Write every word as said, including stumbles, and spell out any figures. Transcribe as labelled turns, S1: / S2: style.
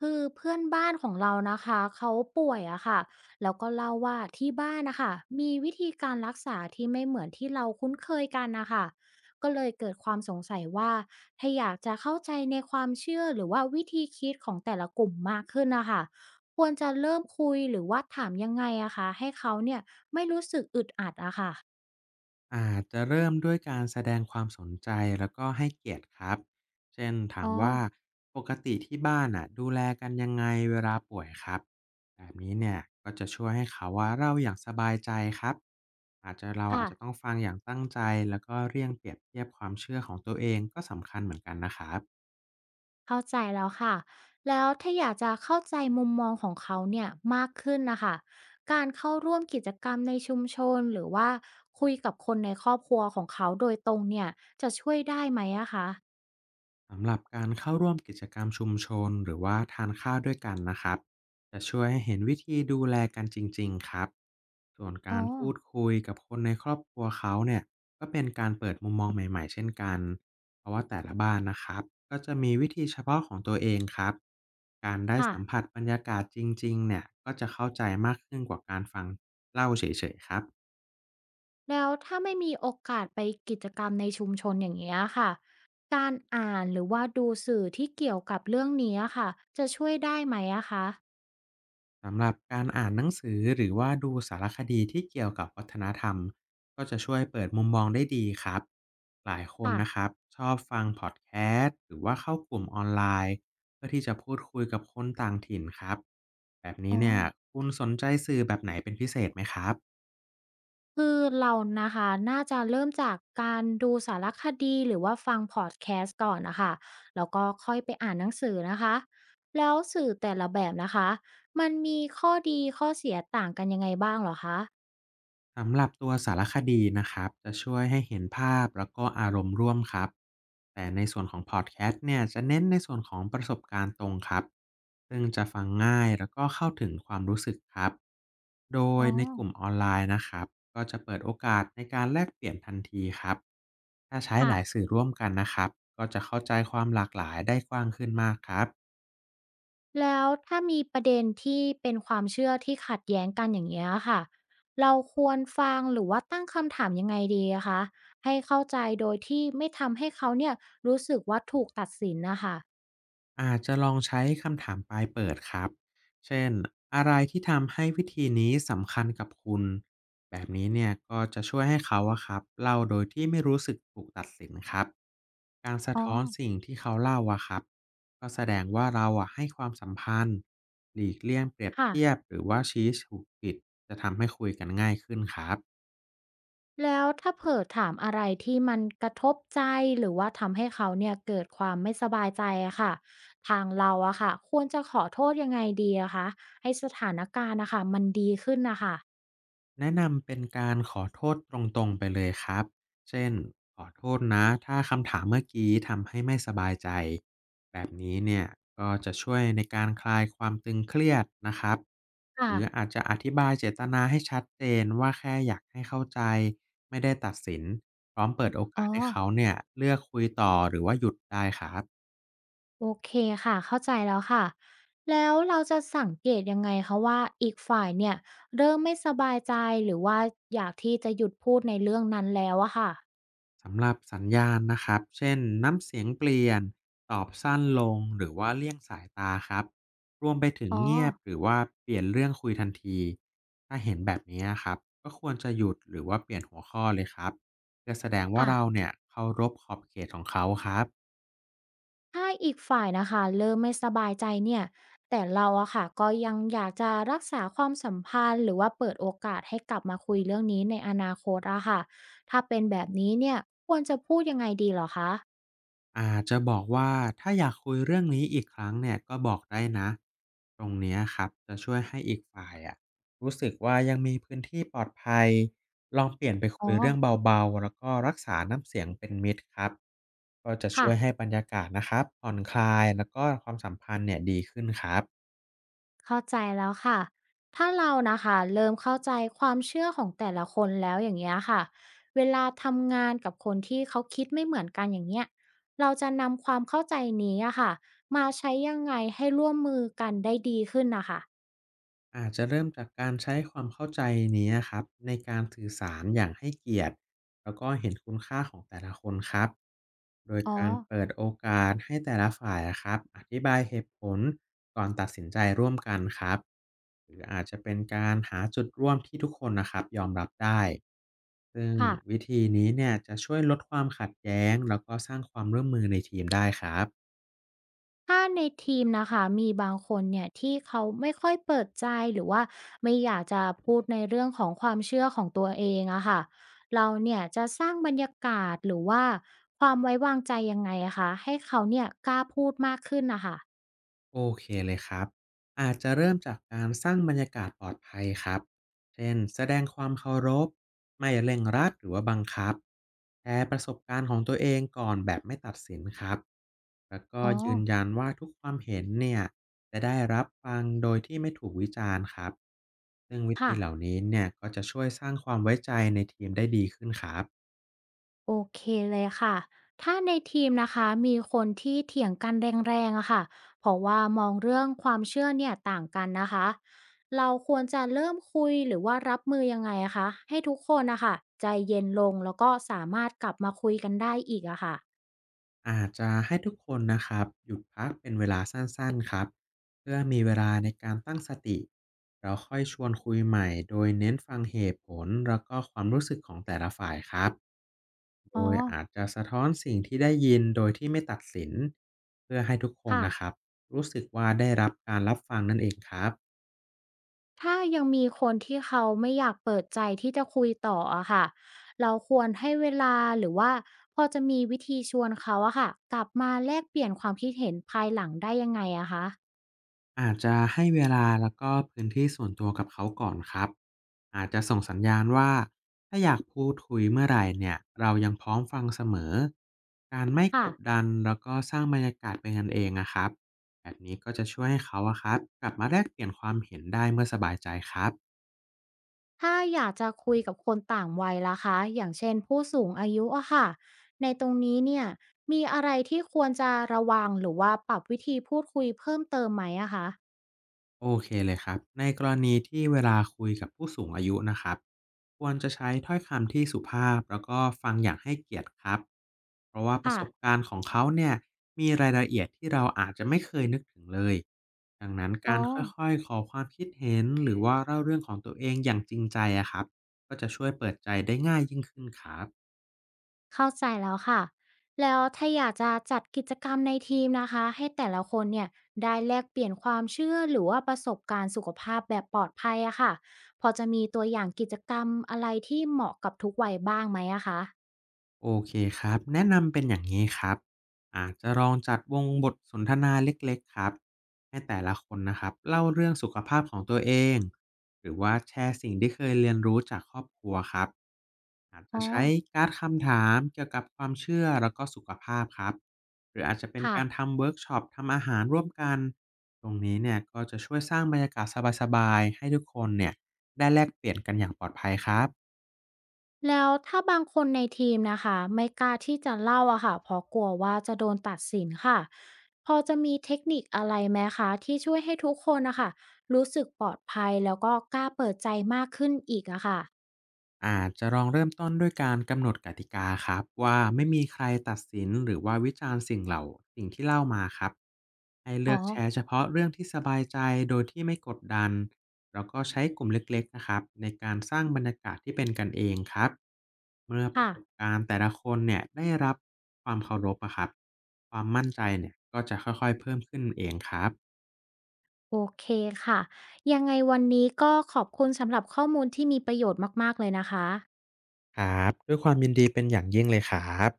S1: คือเพื่อนบ้านของเรานะคะเขาป่วยอะค่ะแล้วก็เล่าว่าที่บ้านนะคะมีวิธีการรักษาที่ไม่เหมือนที่เราคุ้นเคยกันนะคะก็เลยเกิดความสงสัยว่าถ้าอยากจะเข้าใจในความเชื่อหรือว่าวิธีคิดของแต่ละกลุ่มมากขึ้นนะคะควรจะเริ่มคุยหรือว่าถามยังไงอะคะให้เขาเนี่ยไม่รู้สึกอึดอัดอะค่ะ
S2: อาจจะเริ่มด้วยการแสดงความสนใจแล้วก็ให้เกียรติครับเช่นถา
S1: อ๋
S2: ม
S1: อ
S2: ว่าปกติที่บ้านอ่ะดูแลกันยังไงเวลาป่วยครับแบบนี้เนี่ยก็จะช่วยให้เขาว่าเล่าอย่างสบายใจครับอาจจะเราอา
S1: ค่ะ
S2: จจะต้องฟังอย่างตั้งใจแล้วก็เลี่ยงเปรียบเทียบความเชื่อของตัวเองก็สำคัญเหมือนกันนะครับ
S1: เข้าใจแล้วค่ะแล้วถ้าอยากจะเข้าใจมุมมองของเขาเนี่ยมากขึ้นนะคะ การเข้าร่วมกิจกรรมในชุมชนหรือว่าคุยกับคนในครอบครัวของเขาโดยตรงเนี่ยจะช่วยได้ไหมอะคะ
S2: สำหรับการเข้าร่วมกิจกรรมชุมชนหรือว่าทานข้าวด้วยกันนะครับจะช่วยให้เห็นวิธีดูแลกันจริงๆครับส่วน
S1: อ๋
S2: กา
S1: อ
S2: รพูดคุยกับคนในครอบครัวเขาเนี่ยก็เป็นการเปิดมุมมองใหม่ๆเช่นกันเพราะว่าแต่ละบ้านนะครับก็จะมีวิธีเฉพาะของตัวเองครับการได้
S1: ค่ะ
S2: สัมผัสบรรยากาศจริงๆเนี่ยก็จะเข้าใจมากขึ้นกว่าการฟังเล่าเฉยๆครับ
S1: แล้วถ้าไม่มีโอกาสไปกิจกรรมในชุมชนอย่างเงี้ยค่ะ การอ่านหรือว่าดูสื่อที่เกี่ยวกับเรื่องนี้อะค่ะจะช่วยได้ไหมอะคะ
S2: สำหรับการอ่านหนังสือหรือว่าดูสารคดีที่เกี่ยวกับวัฒนธรรมก็จะช่วยเปิดมุมมองได้ดีครับหลายคน
S1: ค่ะ
S2: นะครับชอบฟังพอดแคสต์หรือว่าเข้ากลุ่มออนไลน์เพื่อที่จะพูดคุยกับคนต่างถิ่นครับแบบนี้
S1: อ๋อ
S2: เนี่ยคุณสนใจสื่อแบบไหนเป็นพิเศษไหมครับ
S1: คือเรานะคะน่าจะเริ่มจากการดูสารคดีหรือว่าฟังพอดแคสต์ก่อนนะคะแล้วก็ค่อยไปอ่านหนังสือนะคะแล้วสื่อแต่ละแบบนะคะมันมีข้อดีข้อเสียต่างกันยังไงบ้างเหรอคะ
S2: สำหรับตัวสารคดีนะครับจะช่วยให้เห็นภาพแล้วก็อารมณ์ร่วมครับแต่ในส่วนของพอดแคสต์เนี่ยจะเน้นในส่วนของประสบการณ์ตรงครับซึ่งจะฟังง่ายแล้วก็เข้าถึงความรู้สึกครับโด
S1: อ๋
S2: ย
S1: อ
S2: ในกลุ่มออนไลน์นะครับก็จะเปิดโอกาสในการแลกเปลี่ยนทันทีครับถ้าใช้ห
S1: ค่ะ
S2: ลายสื่อร่วมกันนะครับก็จะเข้าใจความหลากหลายได้กว้างขึ้นมากครับ
S1: แล้วถ้ามีประเด็นที่เป็นความเชื่อที่ขัดแย้งกันอย่างเงี้ยค่ะเราควรฟังหรือว่าตั้งคำถามยังไงดีอะคะให้เข้าใจโดยที่ไม่ทำให้เขาเนี่ยรู้สึกว่าถูกตัดสินนะคะ
S2: อาจจะลองใช้คำถามปลายเปิดครับ เช่น อะไรที่ทำให้วิธีนี้สำคัญกับคุณ แบบนี้เนี่ยก็จะช่วยให้เขาอะครับเล่าโดยที่ไม่รู้สึกถูกตัดสินครับ การสะ
S1: อ๋อ
S2: ท้อนสิ่งที่เขาเล่าอะครับก็แสดงว่าเราอะให้ความสัมพันธ์หลีกเลี่ยงเปรียบ
S1: ค่ะ
S2: เทียบหรือว่าชี้ถูกผิดจะทำให้คุยกันง่ายขึ้นครับ
S1: แล้วถ้าเผลอถามอะไรที่มันกระทบใจหรือว่าทำให้เขาเนี่ยเกิดความไม่สบายใจอะค่ะทางเราอะค่ะควรจะขอโทษยังไงดีอะคะให้สถานการณ์นะค่ะมันดีขึ้นนะคะ
S2: แนะนำเป็นการขอโทษตรงๆไปเลยครับ เช่นขอโทษนะถ้าคำถามเมื่อกี้ทำให้ไม่สบายใจนี้เนี่ยก็จะช่วยในการคลายความตึงเครียดนะครับหรือ
S1: ค่ะ
S2: อาจจะอธิบายเจตนาให้ชัดเจนว่าแค่อยากให้เข้าใจไม่ได้ตัดสินพร้อมเปิดโอ
S1: อ๋
S2: กา
S1: อ
S2: สให้เขาเนี่ยเลือกคุยต่อหรือว่าหยุดได้ครับ
S1: โอเคค่ะเข้าใจแล้วค่ะแล้วเราจะสังเกตยังไงคะว่าอีกฝ่ายเนี่ยเริ่มไม่สบายใจหรือว่าอยากที่จะหยุดพูดในเรื่องนั้นแล้วอะค่ะ
S2: สำหรับสัญญาณนะครับเช่นน้ำเสียงเปลี่ยนตอบสั้นลง หรือว่าเลี่ยงสายตาครับ รวมไปถึง
S1: อ๋อ
S2: เงียบหรือว่าเปลี่ยนเรื่องคุยทันที ถ้าเห็นแบบนี้นะครับก็ควรจะหยุดหรือว่าเปลี่ยนหัวข้อเลยครับเพื่อแสดงว่าเรา
S1: ค่ะ
S2: เนี่ยเคารพขอบเขตของเขาครับ
S1: ถ้าอีกฝ่ายนะคะเริ่มไม่สบายใจเนี่ยแต่เราอะค่ะก็ยังอยากจะรักษาความสัมพันธ์หรือว่าเปิดโอกาสให้กลับมาคุยเรื่องนี้ในอนาคตอะค่ะถ้าเป็นแบบนี้เนี่ยควรจะพูดยังไงดีเหรอคะ
S2: อาจจะบอกว่าถ้าอยากคุยเรื่องนี้อีกครั้งเนี่ยก็บอกได้นะตรงเนี้ยครับจะช่วยให้อีกฝ่ายอะรู้สึกว่ายังมีพื้นที่ปลอดภัยลองเปลี่ยนไป
S1: อ๋
S2: คุ
S1: อ
S2: ยเรื่องเบาๆแล้วก็รักษาน้ำเสียงเป็นมิตรครับก็จะช่
S1: ค่ะ
S2: วยให้บรรยากาศนะครับผ่อนคลายแล้วก็ความสัมพันธ์เนี่ยดีขึ้นครับ
S1: เข้าใจแล้วค่ะถ้าเรานะคะเริ่มเข้าใจความเชื่อของแต่ละคนแล้วอย่างเงี้ยค่ะเวลาทำงานกับคนที่เขาคิดไม่เหมือนกันอย่างเงี้ยเราจะนำความเข้าใจนี้อะค่ะมาใช้ยังไงให้ร่วมมือกันได้ดีขึ้นนะคะ
S2: อาจจะเริ่มจากการใช้ความเข้าใจนี้นะครับในการสื่อสารอย่างให้เกียรติแล้วก็เห็นคุณค่าของแต่ละคนครับโดย
S1: อ๋อ
S2: การเปิดโอกาสให้แต่ละฝ่ายอะครับอธิบายเหตุผลก่อนตัดสินใจร่วมกันครับหรืออาจจะเป็นการหาจุดร่วมที่ทุกคนนะครับยอมรับได้ซึ่ง
S1: ค่ะ
S2: วิธีนี้เนี่ยจะช่วยลดความขัดแย้งแล้วก็สร้างความร่วมมือในทีมได้ครับ
S1: ถ้าในทีมนะคะมีบางคนเนี่ยที่เขาไม่ค่อยเปิดใจหรือว่าไม่อยากจะพูดในเรื่องของความเชื่อของตัวเองอะค่ะเราเนี่ยจะสร้างบรรยากาศหรือว่าความไว้วางใจยังไงอะคะให้เขาเนี่ยกล้าพูดมากขึ้นนะคะ
S2: โอเคเลยครับอาจจะเริ่มจากการสร้างบรรยากาศปลอดภัยครับเช่นแสดงความเคารพไม่เร่งรัดหรือว่าบังคับแชร์ประสบการณ์ของตัวเองก่อนแบบไม่ตัดสินครับแล้วก็
S1: อ๋อ
S2: ยืนยันว่าทุกความเห็นเนี่ยจะได้รับฟังโดยที่ไม่ถูกวิจารณ์ครับซึ่งวิธี
S1: ค่ะ
S2: เหล่านี้เนี่ยก็จะช่วยสร้างความไว้ใจในทีมได้ดีขึ้นครับ
S1: โอเคเลยค่ะถ้าในทีมนะคะมีคนที่เถียงกันแรงๆอะค่ะเพราะว่ามองเรื่องความเชื่อเนี่ยต่างกันนะคะเราควรจะเริ่มคุยหรือว่ารับมือยังไงอะคะให้ทุกคนนะคะใจเย็นลงแล้วก็สามารถกลับมาคุยกันได้อีกอะค่ะ
S2: อาจจะให้ทุกคนนะครับหยุดพักเป็นเวลาสั้นๆครับเพื่อมีเวลาในการตั้งสติแล้วค่อยชวนคุยใหม่โดยเน้นฟังเหตุผลแล้วก็ความรู้สึกของแต่ละฝ่ายครับโด
S1: อ๋อ
S2: ยอาจจะสะท้อนสิ่งที่ได้ยินโดยที่ไม่ตัดสินเพื่อให้ทุกคน
S1: ค่ะ
S2: นะครับรู้สึกว่าได้รับการรับฟังนั่นเองครับ
S1: ถ้ายังมีคนที่เขาไม่อยากเปิดใจที่จะคุยต่ออะค่ะเราควรให้เวลาหรือว่าพอจะมีวิธีชวนเขาอะค่ะกลับมาแลกเปลี่ยนความคิดเห็นภายหลังได้ยังไงอะคะ
S2: อาจจะให้เวลาแล้วก็พื้นที่ส่วนตัวกับเขาก่อนครับอาจจะส่งสัญญาณว่าถ้าอยากพูดคุยเมื่อไหร่เนี่ยเรายังพร้อมฟังเสมอการไม่ก
S1: ค่ะ
S2: ดดันแล้วก็สร้างบรรยากาศเป็นกันเองนะครับแบบนี้ก็จะช่วยให้เขาอะครับกลับมาแลกเปลี่ยนความเห็นได้เมื่อสบายใจครับ
S1: ถ้าอยากจะคุยกับคนต่างวัยล่ะคะอย่างเช่นผู้สูงอายุอะค่ะ ในตรงนี้เนี่ยมีอะไรที่ควรจะระวังหรือว่าปรับวิธีพูดคุยเพิ่มเติมไหมอะคะ
S2: โอเคเลยครับในกรณีที่เวลาคุยกับผู้สูงอายุนะครับควรจะใช้ถ้อยคำที่สุภาพแล้วก็ฟังอย่างให้เกียรติครับเพราะว่าประ
S1: ค่ะ
S2: สบการณ์ของเขาเนี่ยมีรายละเอียดที่เราอาจจะไม่เคยนึกถึงเลยดังนั้น
S1: อ๋อ
S2: การค่อยๆขอความคิดเห็นหรือว่าเล่าเรื่องของตัวเองอย่างจริงใจอะครับก็จะช่วยเปิดใจได้ง่ายยิ่งขึ้นครับ
S1: เข้าใจแล้วค่ะแล้วถ้าอยากจะจัดกิจกรรมในทีมนะคะให้แต่ละคนเนี่ยได้แลกเปลี่ยนความเชื่อหรือว่าประสบการณ์สุขภาพแบบปลอดภัยอะค่ะพอจะมีตัวอย่างกิจกรรมอะไรที่เหมาะกับทุกวัยบ้างไหมอะคะ
S2: โอเคครับแนะนำเป็นอย่างนี้ครับอาจจะลองจัดวงบทสนทนาเล็กๆครับให้แต่ละคนนะครับเล่าเรื่องสุขภาพของตัวเองหรือว่าแชร์สิ่งที่เคยเรียนรู้จากครอบครัวครับอาจจะ
S1: อ๋อ
S2: ใช้การ์ดคำถามเกี่ยวกับความเชื่อแล้วก็สุขภาพครับหรืออาจจะเป็น
S1: ค่ะ
S2: การทำเวิร์กช็อปทำอาหารร่วมกันตรงนี้เนี่ยก็จะช่วยสร้างบรรยากาศสบายๆให้ทุกคนเนี่ยได้แลกเปลี่ยนกันอย่างปลอดภัยครับ
S1: แล้วถ้าบางคนในทีมนะคะไม่กล้าที่จะเล่าอะค่ะเพราะกลัวว่าจะโดนตัดสินค่ะพอจะมีเทคนิคอะไรไหมคะที่ช่วยให้ทุกคนนะคะรู้สึกปลอดภัยแล้วก็กล้าเปิดใจมากขึ้นอีกอะค่ะ
S2: อาจจะลองเริ่มต้นด้วยการกำหนดกติกาครับว่าไม่มีใครตัดสินหรือว่าวิจารณ์สิ่งเหล่าสิ่งที่เล่ามาครับให้เลื
S1: อ๋อ
S2: อกแชร์เฉพาะเรื่องที่สบายใจโดยที่ไม่กดดันแล้วก็ใช้กลุ่มเล็กๆนะครับในการสร้างบรรยากาศที่เป็นกันเองครับเมื่อประ
S1: ค่ะ
S2: สบการณ์แต่ละคนเนี่ยได้รับความเคารพอะครับความมั่นใจเนี่ยก็จะค่อยๆเพิ่มขึ้นเองครับ
S1: โอเคค่ะยังไงวันนี้ก็ขอบคุณสำหรับข้อมูลที่มีประโยชน์มากๆเลยนะคะ
S2: ครับด้วยความยินดีเป็นอย่างยิ่งเลยครับ